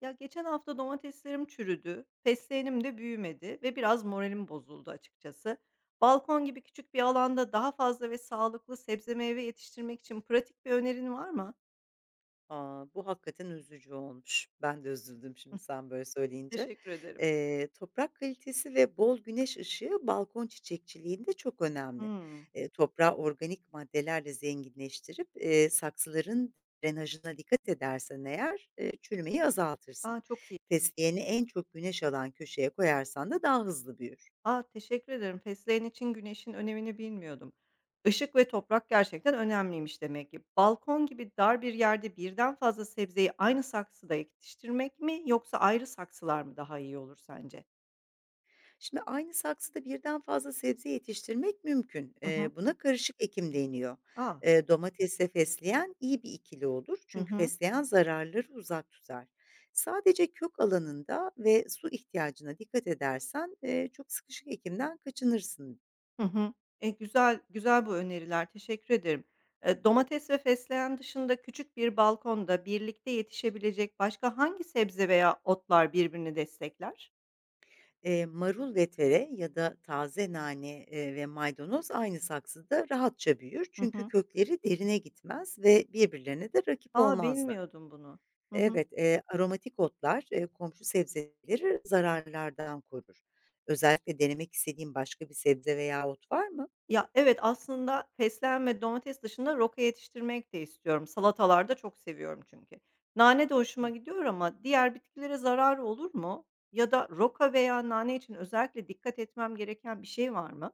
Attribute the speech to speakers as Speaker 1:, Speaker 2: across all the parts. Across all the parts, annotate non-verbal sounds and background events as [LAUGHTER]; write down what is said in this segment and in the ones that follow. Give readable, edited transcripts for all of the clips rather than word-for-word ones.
Speaker 1: Ya geçen hafta domateslerim çürüdü, fesleğenim de büyümedi ve biraz moralim bozuldu açıkçası. Balkon gibi küçük bir alanda daha fazla ve sağlıklı sebze meyve yetiştirmek için pratik bir önerin var mı?
Speaker 2: A! Bu hakikaten üzücü olmuş. Ben de üzüldüm şimdi
Speaker 1: [LAUGHS]
Speaker 2: sen böyle söyleyince.
Speaker 1: Teşekkür ederim.
Speaker 2: Toprak kalitesi ve bol güneş ışığı balkon çiçekçiliğinde çok önemli.
Speaker 1: Hmm.
Speaker 2: Toprağı organik maddelerle zenginleştirip, saksıların drenajına dikkat edersen eğer, çürümeyi
Speaker 1: Aa,
Speaker 2: azaltırsın.
Speaker 1: çok iyi.
Speaker 2: Fesleğeni en çok güneş alan köşeye koyarsan da daha hızlı büyür.
Speaker 1: Aa, teşekkür ederim. Fesleğen için güneşin önemini bilmiyordum. Işık ve toprak gerçekten önemliymiş demek ki. Balkon gibi dar bir yerde birden fazla sebzeyi aynı saksıda yetiştirmek mi yoksa ayrı saksılar mı daha iyi olur sence?
Speaker 2: Şimdi aynı saksıda birden fazla sebze yetiştirmek mümkün.
Speaker 1: Hı hı.
Speaker 2: Buna karışık ekim deniyor.
Speaker 1: Aa.
Speaker 2: Domatesle fesleğen iyi bir ikili olur
Speaker 1: Hı
Speaker 2: çünkü
Speaker 1: hı.
Speaker 2: fesleğen zararları uzak tutar. Sadece kök alanında ve su ihtiyacına dikkat edersen çok sıkışık ekimden kaçınırsın.
Speaker 1: Hı hı. Güzel güzel bu öneriler, teşekkür ederim. Domates ve fesleğen dışında küçük bir balkonda birlikte yetişebilecek başka hangi sebze veya otlar birbirini destekler?
Speaker 2: Marul ve tere ya da taze nane ve maydanoz aynı saksıda rahatça büyür
Speaker 1: Hı
Speaker 2: çünkü
Speaker 1: hı.
Speaker 2: kökleri derine gitmez ve birbirlerine de rakip
Speaker 1: A,
Speaker 2: olmazlar.
Speaker 1: bilmiyordum bunu. Hı hı.
Speaker 2: Evet, aromatik otlar, komşu sebzeleri zararlardan korur. Özellikle denemek istediğin başka bir sebze veya ot var mı?
Speaker 1: Ya, evet, aslında fesleğen ve domates dışında roka yetiştirmek de istiyorum. Salatalarda çok seviyorum çünkü. Nane de hoşuma
Speaker 2: Hı.
Speaker 1: gidiyor ama diğer bitkilere zarar olur mu? Ya da roka veya nane için özellikle dikkat etmem gereken bir şey var mı?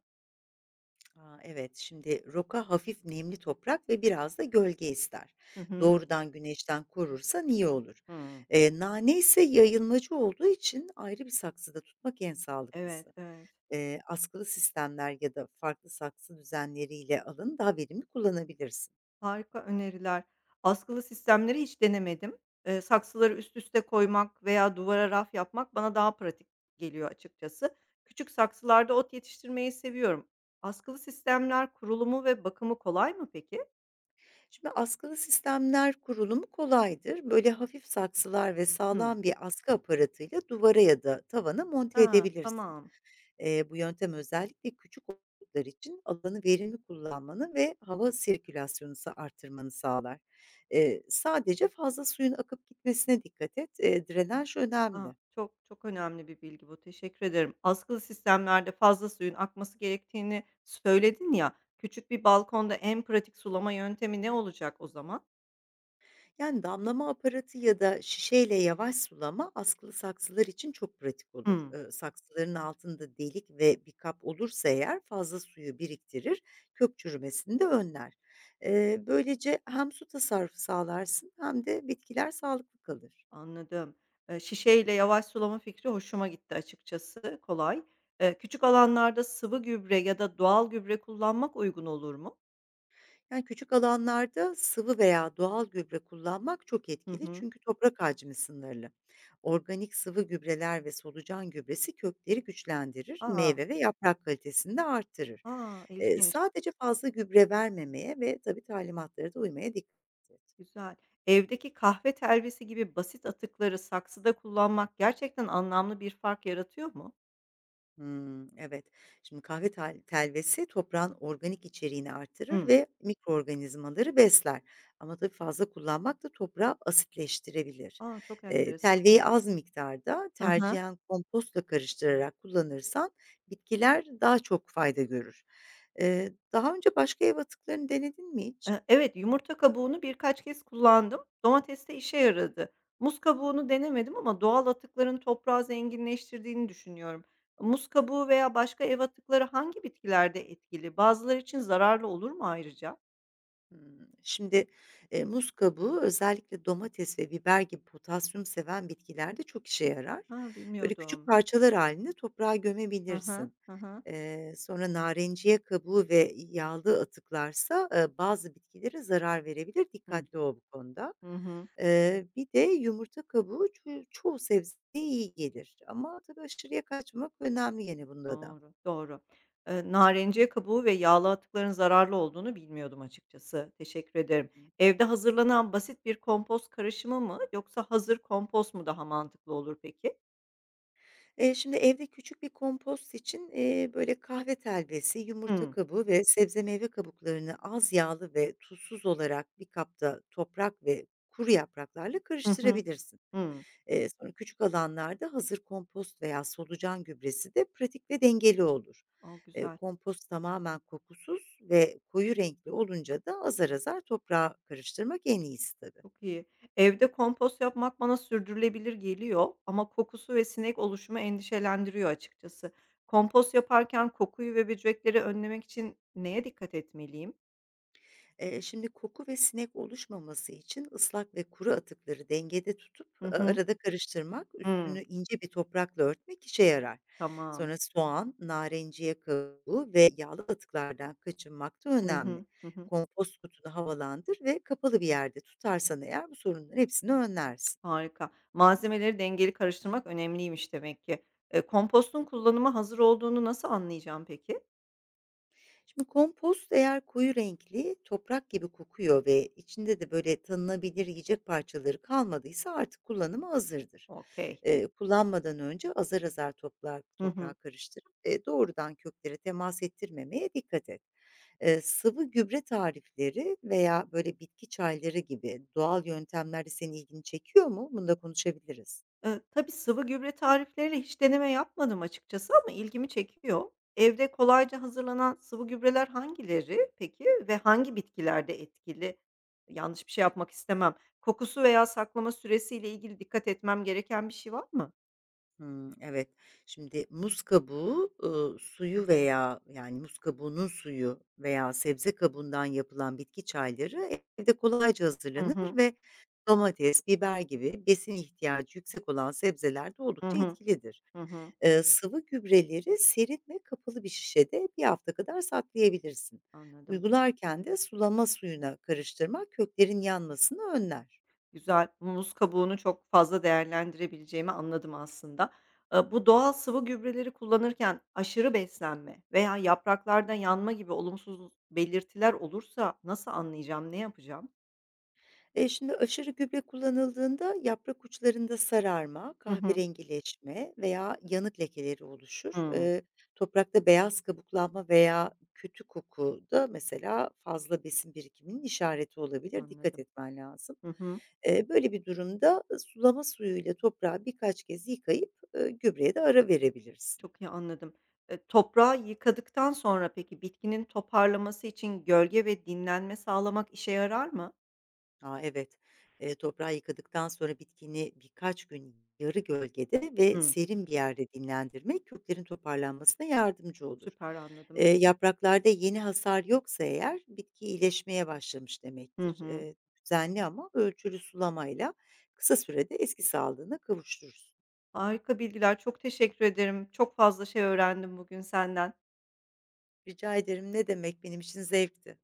Speaker 2: A, evet, şimdi roka hafif nemli toprak ve biraz da gölge ister.
Speaker 1: Hı hı.
Speaker 2: Doğrudan güneşten korursan iyi olur.
Speaker 1: Hıı.
Speaker 2: Nane ise yayılmacı olduğu için ayrı bir saksıda tutmak en
Speaker 1: Evet,
Speaker 2: sağlıklısı.
Speaker 1: evet.
Speaker 2: Askılı sistemler ya da farklı saksı düzenleriyle alın, daha verimli kullanabilirsin.
Speaker 1: Harika öneriler. Askılı sistemleri hiç denemedim. Saksıları üst üste koymak veya duvara raf yapmak bana daha pratik geliyor açıkçası. Küçük saksılarda ot yetiştirmeyi seviyorum. Askılı sistemler kurulumu ve bakımı kolay mı peki?
Speaker 2: Şimdi askılı sistemler kurulumu kolaydır. Böyle hafif saksılar ve
Speaker 1: Hı.
Speaker 2: sağlam bir askı aparatıyla duvara ya da tavana monte
Speaker 1: Ha,
Speaker 2: edebilirsin.
Speaker 1: tamam.
Speaker 2: Bu yöntem özellikle küçük okullar için alanı verimli kullanmanı ve hava sirkülasyonunu artırmanı sağlar. Sadece fazla suyun akıp gitmesine dikkat et. Drenaj
Speaker 1: Ha,
Speaker 2: önemli.
Speaker 1: çok çok önemli bir bilgi bu. Teşekkür ederim. Askılı sistemlerde fazla suyun akması gerektiğini söyledin ya. Küçük bir balkonda en pratik sulama yöntemi ne olacak o zaman?
Speaker 2: Yani damlama aparatı ya da şişeyle yavaş sulama askılı saksılar için çok pratik olur.
Speaker 1: Hı.
Speaker 2: Saksıların altında delik ve bir kap olursa eğer fazla suyu biriktirir, kök çürümesini de önler. Böylece hem su tasarrufu sağlarsın hem de bitkiler sağlıklı kalır.
Speaker 1: Anladım. Şişeyle yavaş sulama fikri hoşuma gitti açıkçası, kolay. Küçük alanlarda sıvı gübre ya da doğal gübre kullanmak uygun olur mu?
Speaker 2: Yani, küçük alanlarda sıvı veya doğal gübre kullanmak çok
Speaker 1: Hı
Speaker 2: etkili
Speaker 1: hı.
Speaker 2: çünkü toprak hacmi sınırlı. Organik sıvı gübreler ve solucan gübresi kökleri güçlendirir,
Speaker 1: A!
Speaker 2: meyve ve yaprak kalitesini de artırır.
Speaker 1: A, ilginç,
Speaker 2: Sadece fazla gübre vermemeye ve tabii talimatlara da uymaya dikkat edin.
Speaker 1: güzel. Evdeki kahve telvesi gibi basit atıkları saksıda kullanmak gerçekten anlamlı bir fark yaratıyor mu?
Speaker 2: Hımm, evet. Şimdi kahve telvesi toprağın organik içeriğini artırır
Speaker 1: Hı.
Speaker 2: ve mikroorganizmaları besler ama tabii fazla kullanmak da toprağı asitleştirebilir.
Speaker 1: A, çok enteresan.
Speaker 2: Telveyi az miktarda,
Speaker 1: Hı hı.
Speaker 2: tercihen kompostla karıştırarak kullanırsan bitkiler daha çok fayda görür. Daha önce başka ev atıklarını denedin mi hiç?
Speaker 1: Evet, yumurta kabuğunu birkaç kez kullandım. Domateste işe yaradı. Muz kabuğunu denemedim ama doğal atıkların toprağı zenginleştirdiğini düşünüyorum. Muz kabuğu veya başka ev atıkları hangi bitkilerde etkili? Bazıları için zararlı olur mu ayrıca?
Speaker 2: Hımm. Şimdi, muz kabuğu özellikle domates ve biber gibi potasyum seven bitkilerde çok işe yarar.
Speaker 1: Ha,
Speaker 2: Böyle küçük
Speaker 1: bilmiyordum.
Speaker 2: parçalar hâlinde toprağa
Speaker 1: Hı.
Speaker 2: gömebilirsin.
Speaker 1: Hı hı.
Speaker 2: Sonra narenciye kabuğu ve yağlı atıklarsa, bazı bitkilere zarar verebilir.
Speaker 1: Hı.
Speaker 2: Dikkatli ol bu konuda.
Speaker 1: Hı hı.
Speaker 2: Bir de yumurta kabuğu çoğu sebzeye iyi gelir ama tabii aşırıya kaçmak önemli gene bunda da.
Speaker 1: Doğru, doğru. Narenciye kabuğu ve yağlı atıkların zararlı olduğunu bilmiyordum açıkçası. Teşekkür
Speaker 2: Hı
Speaker 1: ederim.
Speaker 2: hı.
Speaker 1: Evde hazırlanan basit bir kompost karışımı mı yoksa hazır kompost mu daha mantıklı olur peki?
Speaker 2: Şimdi evde küçük bir kompost için, böyle kahve telvesi, yumurta
Speaker 1: Hımm.
Speaker 2: kabuğu ve sebze meyve kabuklarını az yağlı ve tuzsuz olarak bir kapta toprak ve kuru yapraklarla
Speaker 1: Hı hı.
Speaker 2: karıştırabilirsin.
Speaker 1: Hımm.
Speaker 2: Sonra küçük alanlarda hazır kompost veya solucan gübresi de pratik ve dengeli olur.
Speaker 1: A, güzel.
Speaker 2: Kompost tamamen kokusuz ve koyu renkli olunca da azar azar toprağa karıştırmak en iyisi tabii.
Speaker 1: Çok iyi. Evde kompost yapmak bana sürdürülebilir geliyor ama kokusu ve sinek oluşumu endişelendiriyor açıkçası. Kompost yaparken kokuyu ve böcekleri önlemek için neye dikkat etmeliyim?
Speaker 2: Şimdi koku ve sinek oluşmaması için ıslak ve kuru atıkları dengede tutup
Speaker 1: Hı hı.
Speaker 2: arada karıştırmak,
Speaker 1: Hımm.
Speaker 2: üstünü ince bir toprakla örtmek işe yarar.
Speaker 1: Tamam.
Speaker 2: Sonra soğan, narenciye kabuğu ve yağlı atıklardan kaçınmak da
Speaker 1: Hı
Speaker 2: önemli.
Speaker 1: hı. Hı hı.
Speaker 2: Kompost kutunu havalandır ve kapalı bir yerde tutarsan eğer bu sorunların hepsini önlersin.
Speaker 1: Harika. Malzemeleri dengeli karıştırmak önemliymiş demek ki. Kompostun kullanıma hazır olduğunu nasıl anlayacağım peki?
Speaker 2: Şimdi kompost eğer koyu renkli, toprak gibi kokuyor ve içinde de böyle tanınabilir yiyecek parçaları kalmadıysa artık kullanıma hazırdır.
Speaker 1: Okey.
Speaker 2: Kullanmadan önce azar azar toprağa,
Speaker 1: Hı hı.
Speaker 2: toprağa karıştırıp doğrudan köklere temas ettirmemeye dikkat et. Sıvı gübre tarifleri veya böyle bitki çayları gibi doğal yöntemler de senin ilgini çekiyor mu? Bunu da konuşabiliriz.
Speaker 1: Tabii sıvı gübre tarifleriyle hiç deneme yapmadım açıkçası ama ilgimi çekiyor. Evde kolayca hazırlanan sıvı gübreler hangileri peki ve hangi bitkilerde etkili? Yanlış bir şey yapmak istemem. Kokusu veya saklama süresiyle ilgili dikkat etmem gereken bir şey var mı?
Speaker 2: Hımm, evet. Şimdi muz kabuğu, suyu veya, yani, muz kabuğunun suyu veya sebze kabuğundan yapılan bitki çayları evde kolayca
Speaker 1: Hı
Speaker 2: hazırlanır
Speaker 1: hı.
Speaker 2: ve domates, biber gibi besin ihtiyacı yüksek olan sebzelerde
Speaker 1: Hı
Speaker 2: oldukça
Speaker 1: hı.
Speaker 2: etkilidir.
Speaker 1: Hı hı.
Speaker 2: Sıvı gübreleri serin ve kapalı bir şişede bir hafta kadar saklayabilirsin.
Speaker 1: Anladım.
Speaker 2: Uygularken de sulama suyuna karıştırmak köklerin yanmasını önler.
Speaker 1: Güzel. Muz kabuğunu çok fazla değerlendirebileceğimi anladım aslında. Bu doğal sıvı gübreleri kullanırken aşırı beslenme veya yapraklarda yanma gibi olumsuz belirtiler olursa nasıl anlayacağım, ne yapacağım?
Speaker 2: Şimdi aşırı gübre kullanıldığında yaprak uçlarında sararma,
Speaker 1: Hı hı.
Speaker 2: kahverengileşme veya yanık lekeleri oluşur.
Speaker 1: Hımm,
Speaker 2: Toprakta beyaz kabuklanma veya kötü koku da mesela fazla besin birikiminin işareti olabilir. Dikkat
Speaker 1: anladım.
Speaker 2: etmen lazım.
Speaker 1: Hı hı.
Speaker 2: Böyle bir durumda sulama suyuyla toprağı birkaç kez yıkayıp, gübreye de ara verebilirsin.
Speaker 1: Çok iyi anladım. Toprağı yıkadıktan sonra peki bitkinin toparlaması için gölge ve dinlenme sağlamak işe yarar mı?
Speaker 2: A, evet. Toprağı yıkadıktan sonra bitkini birkaç gün yarı gölgede ve
Speaker 1: Hımm,
Speaker 2: serin bir yerde dinlendirmek köklerin toparlanmasına yardımcı olur.
Speaker 1: süper anladım.
Speaker 2: Yapraklarda yeni hasar yoksa eğer bitki iyileşmeye başlamış
Speaker 1: Hı
Speaker 2: demektir.
Speaker 1: hı.
Speaker 2: Düzenli ama ölçülü sulamayla kısa sürede eski sağlığına kavuşturursun.
Speaker 1: Harika bilgiler. Çok teşekkür ederim. Çok fazla şey öğrendim bugün senden.
Speaker 2: Rica ederim ne demek benim için zevkti.